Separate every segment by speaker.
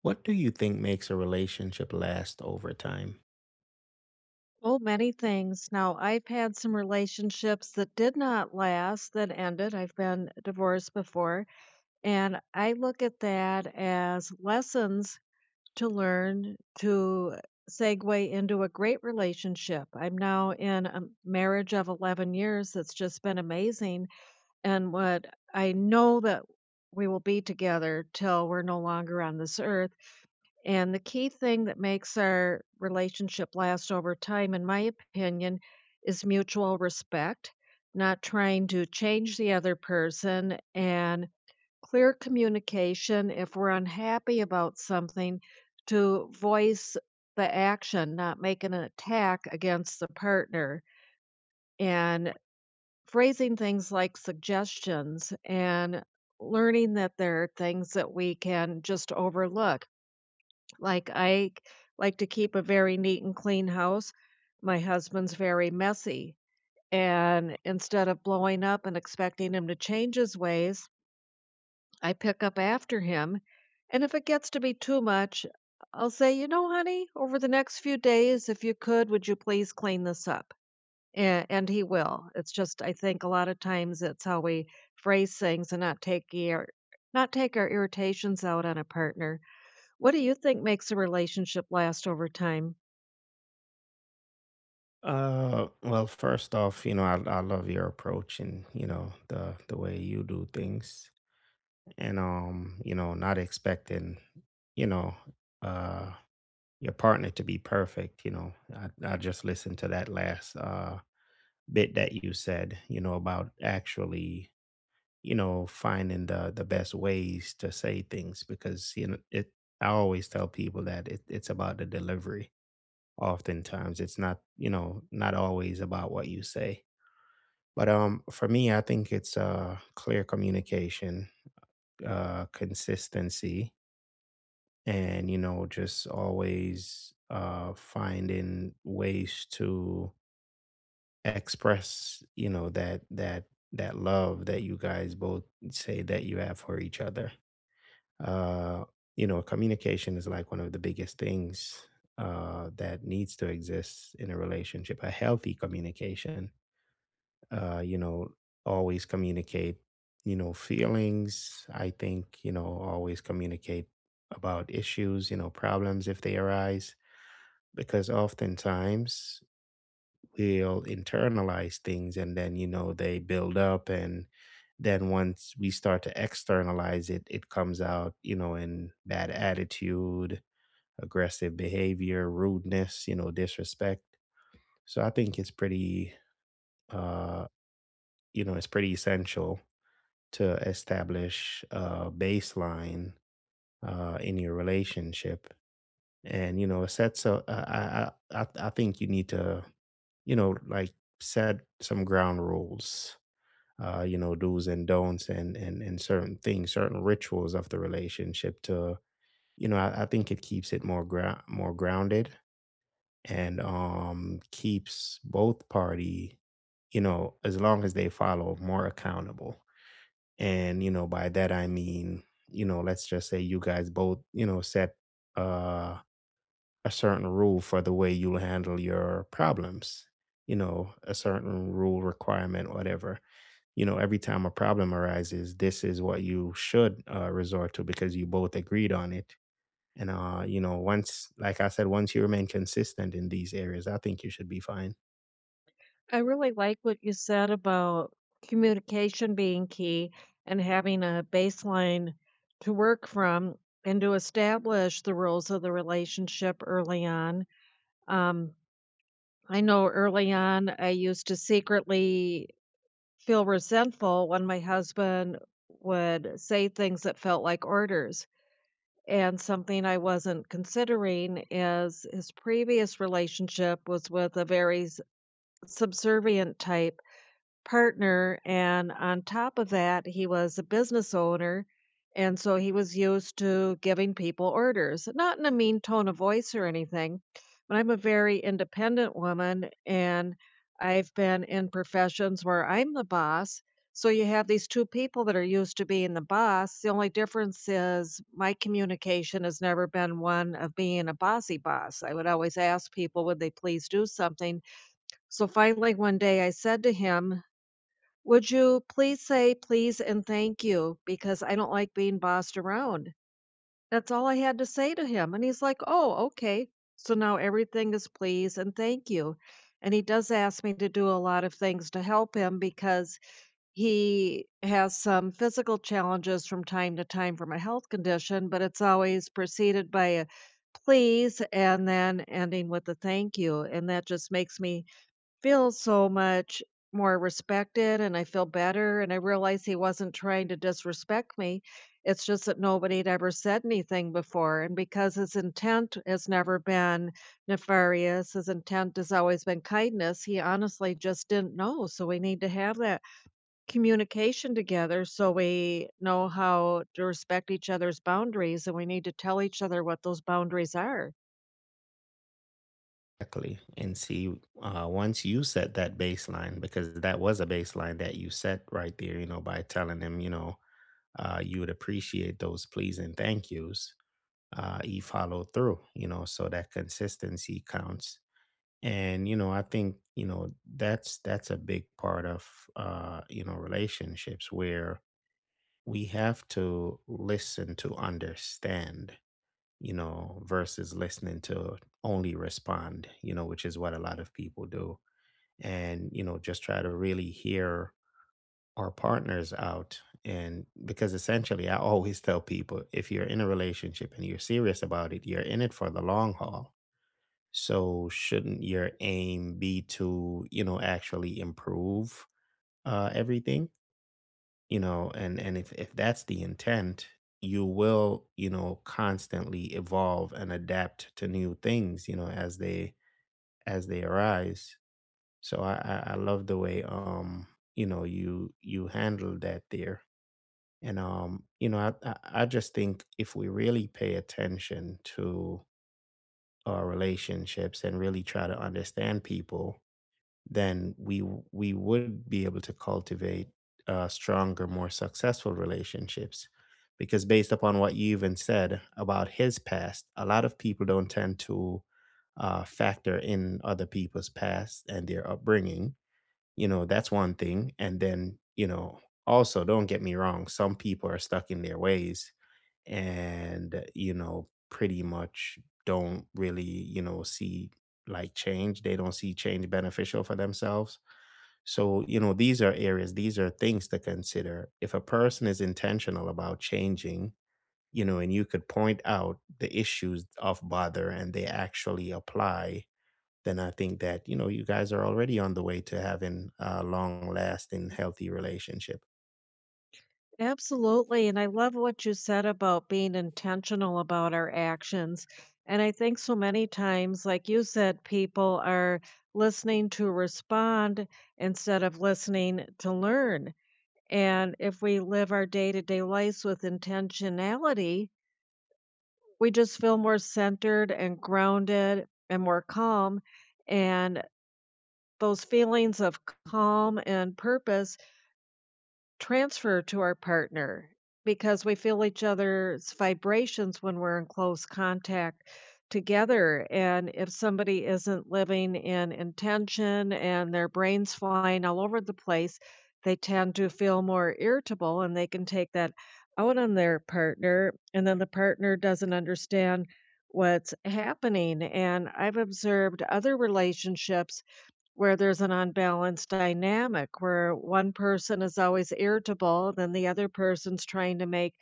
Speaker 1: What do you think makes a relationship last over time?
Speaker 2: Oh, many things. Now, I've had some relationships that did not last, that ended. I've been divorced before. And I look at that as lessons to learn to segue into a great relationship. I'm now in a marriage of 11 years that's just been amazing. And what I know that we will be together till we're no longer on this earth. And the key thing that makes our relationship last over time, in my opinion, is mutual respect, not trying to change the other person, and clear communication. If we're unhappy about something, to voice the action, not make an attack against the partner, and phrasing things like suggestions and learning that there are things that we can just overlook. Like, I like to keep a very neat and clean house. My husband's very messy, and instead of blowing up and expecting him to change his ways, I pick up after him, and if it gets to be too much, I'll say, "You know, honey, over the next few days, if you could, would you please clean this up?" A and he will. It's just I think a lot of times it's how we phrase things and not take our irritations out on a partner. What do you think makes a relationship last over time?
Speaker 1: Well, first off, you know, I love your approach, and you know the way you do things, and you know, not expecting, you know, uh, your partner to be perfect. You know, I just listened to that last bit that you said, you know, about actually, you know, finding the best ways to say things because you know it. I always tell people that it's about the delivery. Oftentimes it's not, you know, not always about what you say, but for me I think it's clear communication, consistency, and you know just always finding ways to express, you know, that that love that you guys both say that you have for each other. Uh, you know, communication is like one of the biggest things that needs to exist in a relationship. A healthy communication, you know, always communicate, you know, feelings. I think, you know, always communicate about issues, you know, problems if they arise, because oftentimes will internalize things, and then you know they build up, and then once we start to externalize it, it comes out, you know, in bad attitude, aggressive behavior, rudeness, you know, disrespect. So I think it's pretty, uh you know, it's pretty essential to establish a baseline in your relationship. And you know it sets a I think you need to, you know, like, set some ground rules, you know, do's and don'ts, and certain things, certain rituals of the relationship to, you know, I think it keeps it more ground more grounded, and keeps both party, you know, as long as they follow, more accountable. And, you know, by that I mean, you know, let's just say you guys both, you know, set uh a certain rule for the way you'll handle your problems, you know, a certain rule, requirement, whatever. You know, every time a problem arises, this is what you should, resort to because you both agreed on it. And, you know, once, like I said, once you remain consistent in these areas, I think you should be fine.
Speaker 2: I really like what you said about communication being key and having a baseline to work from and to establish the rules of the relationship early on. Um, I know early on, I used to secretly feel resentful when my husband would say things that felt like orders. And something I wasn't considering is his previous relationship was with a very s subservient type partner, and on top of that, he was a business owner, and so he was used to giving people orders. Not in a mean tone of voice or anything, but I'm a very independent woman, and I've been in professions where I'm the boss. So you have these two people that are used to being the boss. The only difference is my communication has never been one of being a bossy boss. I would always ask people, would they please do something? So finally, one day I said to him, would you please say please and thank you because I don't like being bossed around? That's all I had to say to him, and he's like, "Oh, okay." So now everything is please and thank you. And he does ask me to do a lot of things to help him because he has some physical challenges from time to time from a health condition, but it's always preceded by a please and then ending with a thank you, and that just makes me feel so much more respected, and I feel better, and I realize he wasn't trying to disrespect me. It's just that nobody'd ever said anything before, and because his intent has never been nefarious, his intent has always been kindness, he honestly just didn't know, so we need to have that communication together so we know how to respect each other's boundaries, and we need to tell each other what those boundaries are.
Speaker 1: Exactly. And see, once you set that baseline, because that was a baseline that you set right there, you know, by telling him, you know, you would appreciate those please and thank yous, you follow through, you know, so that consistency counts. And, you know, I think, you know, that's a big part of, you know, relationships where we have to listen to understand, you know, versus listening to only respond, you know, which is what a lot of people do. And, you know, just try to really hear our partners out. And because essentially I always tell people if you're in a relationship and you're serious about it, you're in it for the long haul, so shouldn't your aim be to, you know, actually improve, everything, you know? And if that's the intent, you will, you know, constantly evolve and adapt to new things, you know, as they, as they arise. So I love the way, you know, you handled that there. And you know, I just think if we really pay attention to our relationships and really try to understand people, then we would be able to cultivate stronger, more successful relationships. Because based upon what you even said about his past, a lot of people don't tend to, factor in other people's past and their upbringing, you know. That's one thing, and then, you know, also, don't get me wrong, some people are stuck in their ways and, you know, pretty much don't really, you know, see, like, change. They don't see change beneficial for themselves. So, you know, these are things to consider. If a person is intentional about changing, you know, and you could point out the issues of bother and they actually apply, then I think that, you know, you guys are already on the way to having a long lasting, healthy relationship.
Speaker 2: Absolutely. And I love what you said about being intentional about our actions. And I think so many times, like you said, people are listening to respond instead of listening to learn. And if we live our day to day lives with intentionality, we just feel more centered and grounded and more calm. And those feelings of calm and purpose transfer to our partner because we feel each other's vibrations when we're in close contact together. And if somebody isn't living in intention and their brain's flying all over the place, they tend to feel more irritable, and they can take that out on their partner. And then the partner doesn't understand what's happening. And I've observed other relationships where there's an unbalanced dynamic where one person is always irritable, then the other person's trying to make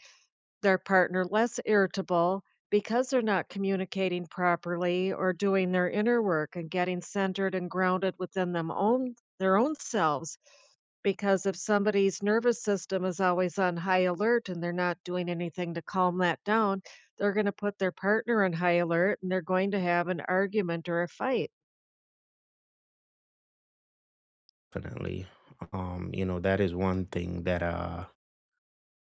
Speaker 2: their partner less irritable because they're not communicating properly or doing their inner work and getting centered and grounded within them own their own selves. Because if somebody's nervous system is always on high alert and they're not doing anything to calm that down, they're going to put their partner on high alert, and they're going to have an argument or a fight.
Speaker 1: Definitely. You know, that is one thing that,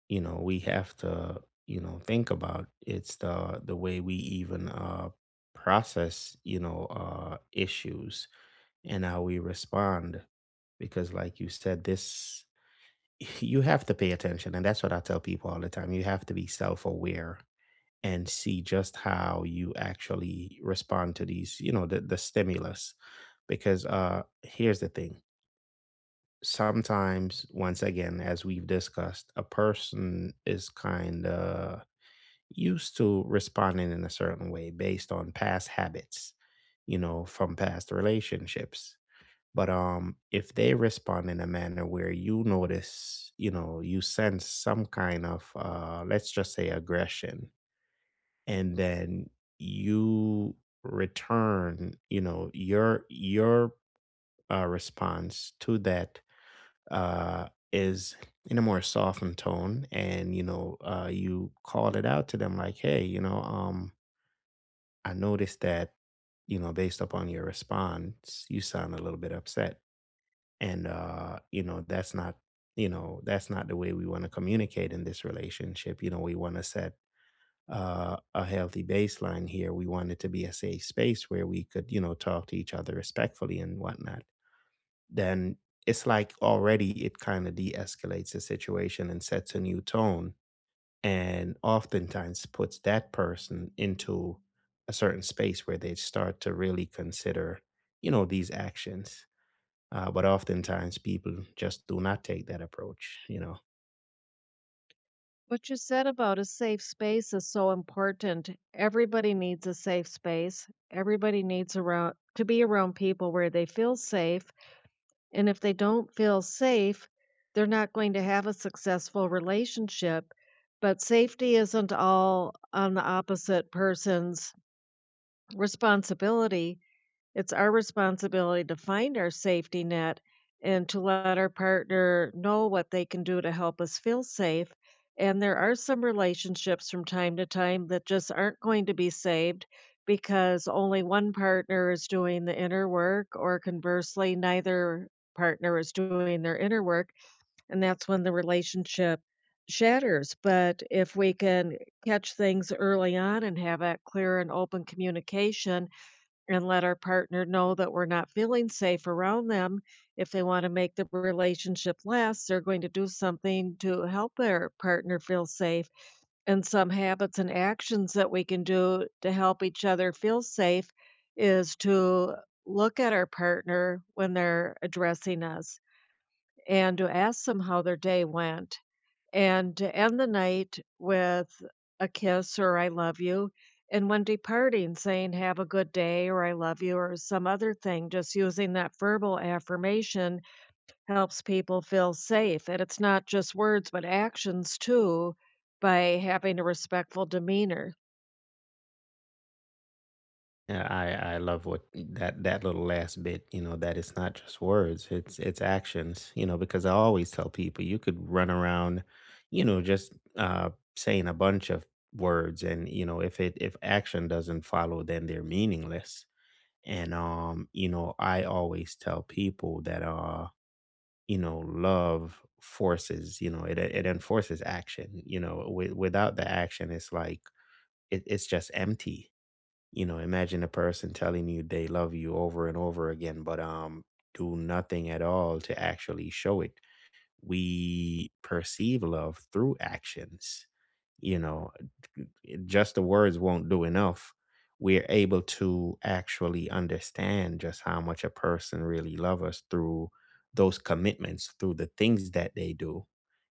Speaker 1: you know, we have to, you know, think about. It's the way we even process, you know, issues and how we respond. Because like you said, this you have to pay attention. And that's what I tell people all the time. You have to be self aware and see just how you actually respond to these, you know, the stimulus. Because here's the thing, sometimes, once again, as we've discussed, a person is kind of used to responding in a certain way based on past habits, you know, from past relationships. But if they respond in a manner where you notice, you know, you sense some kind of, let's just say, aggression, and then you return, you know, your response to that, is in a more softened tone, and you know, you called it out to them, like, hey, you know, I noticed that, you know, based upon your response you sound a little bit upset, and you know that's not, you know, that's not the way we want to communicate in this relationship. You know, we want to set a healthy baseline here. We want it to be a safe space where we could, you know, talk to each other respectfully and whatnot. Then it's like already it kind of de escalates the situation and sets a new tone, and oftentimes puts that person into a certain space where they start to really consider, you know, these actions. But oftentimes people just do not take that approach, you know.
Speaker 2: What you said about a safe space is so important. Everybody needs a safe space. Everybody needs around to be around people where they feel safe. And if they don't feel safe, they're not going to have a successful relationship. But safety isn't all on the opposite person's responsibility. It's our responsibility to find our safety net and to let our partner know what they can do to help us feel safe. And there are some relationships from time to time that just aren't going to be saved because only one partner is doing the inner work, or conversely, neither partner is doing their inner work. And that's when the relationship shatters. But if we can catch things early on and have that clear and open communication, and let our partner know that we're not feeling safe around them. If they want to make the relationship last, they're going to do something to help their partner feel safe. And some habits and actions that we can do to help each other feel safe is to look at our partner when they're addressing us and to ask them how their day went and to end the night with a kiss or "I love you." And when departing, saying "have a good day" or "I love you" or some other thing, just using that verbal affirmation helps people feel safe. And it's not just words, but actions too, by having a respectful demeanor.
Speaker 1: Yeah, I love what that little last bit, you know, that it's not just words, it's actions, you know, because I always tell people you could run around, you know, just saying a bunch of words, and, you know, if it, if action doesn't follow, then they're meaningless. And you know, I always tell people that, you know, love forces, you know, it enforces action, you know, without the action it's like it's just empty. You know, imagine a person telling you they love you over and over again, but do nothing at all to actually show it. We perceive love through actions. You know, just the words won't do enough. We're able to actually understand just how much a person really loves us through those commitments, through the things that they do.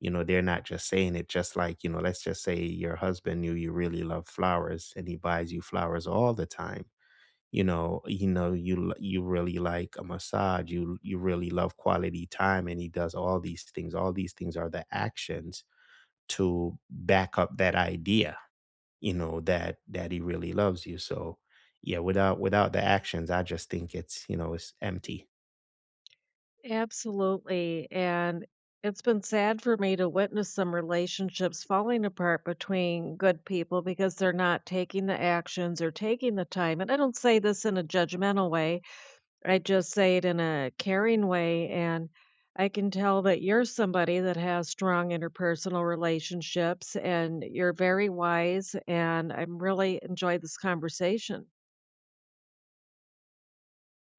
Speaker 1: You know, they're not just saying it. Just like, you know, let's just say your husband knew you really love flowers and he buys you flowers all the time, you know. You know you really like a massage, you really love quality time, and he does all these things. All these things are the actions to back up that idea, you know, that that he really loves you. So yeah, without the actions I just think it's, you know, it's empty.
Speaker 2: Absolutely, and it's been sad for me to witness some relationships falling apart between good people because they're not taking the actions or taking the time, and I don't say this in a judgmental way, I just say it in a caring way, and I can tell that you're somebody that has strong interpersonal relationships, and you're very wise, and I'm really enjoyed this conversation.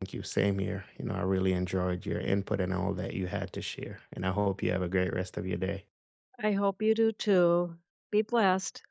Speaker 1: Thank you, same here. You know, I really enjoyed your input and all that you had to share, and I hope you have a great rest of your day.
Speaker 2: I hope you do too. Be blessed.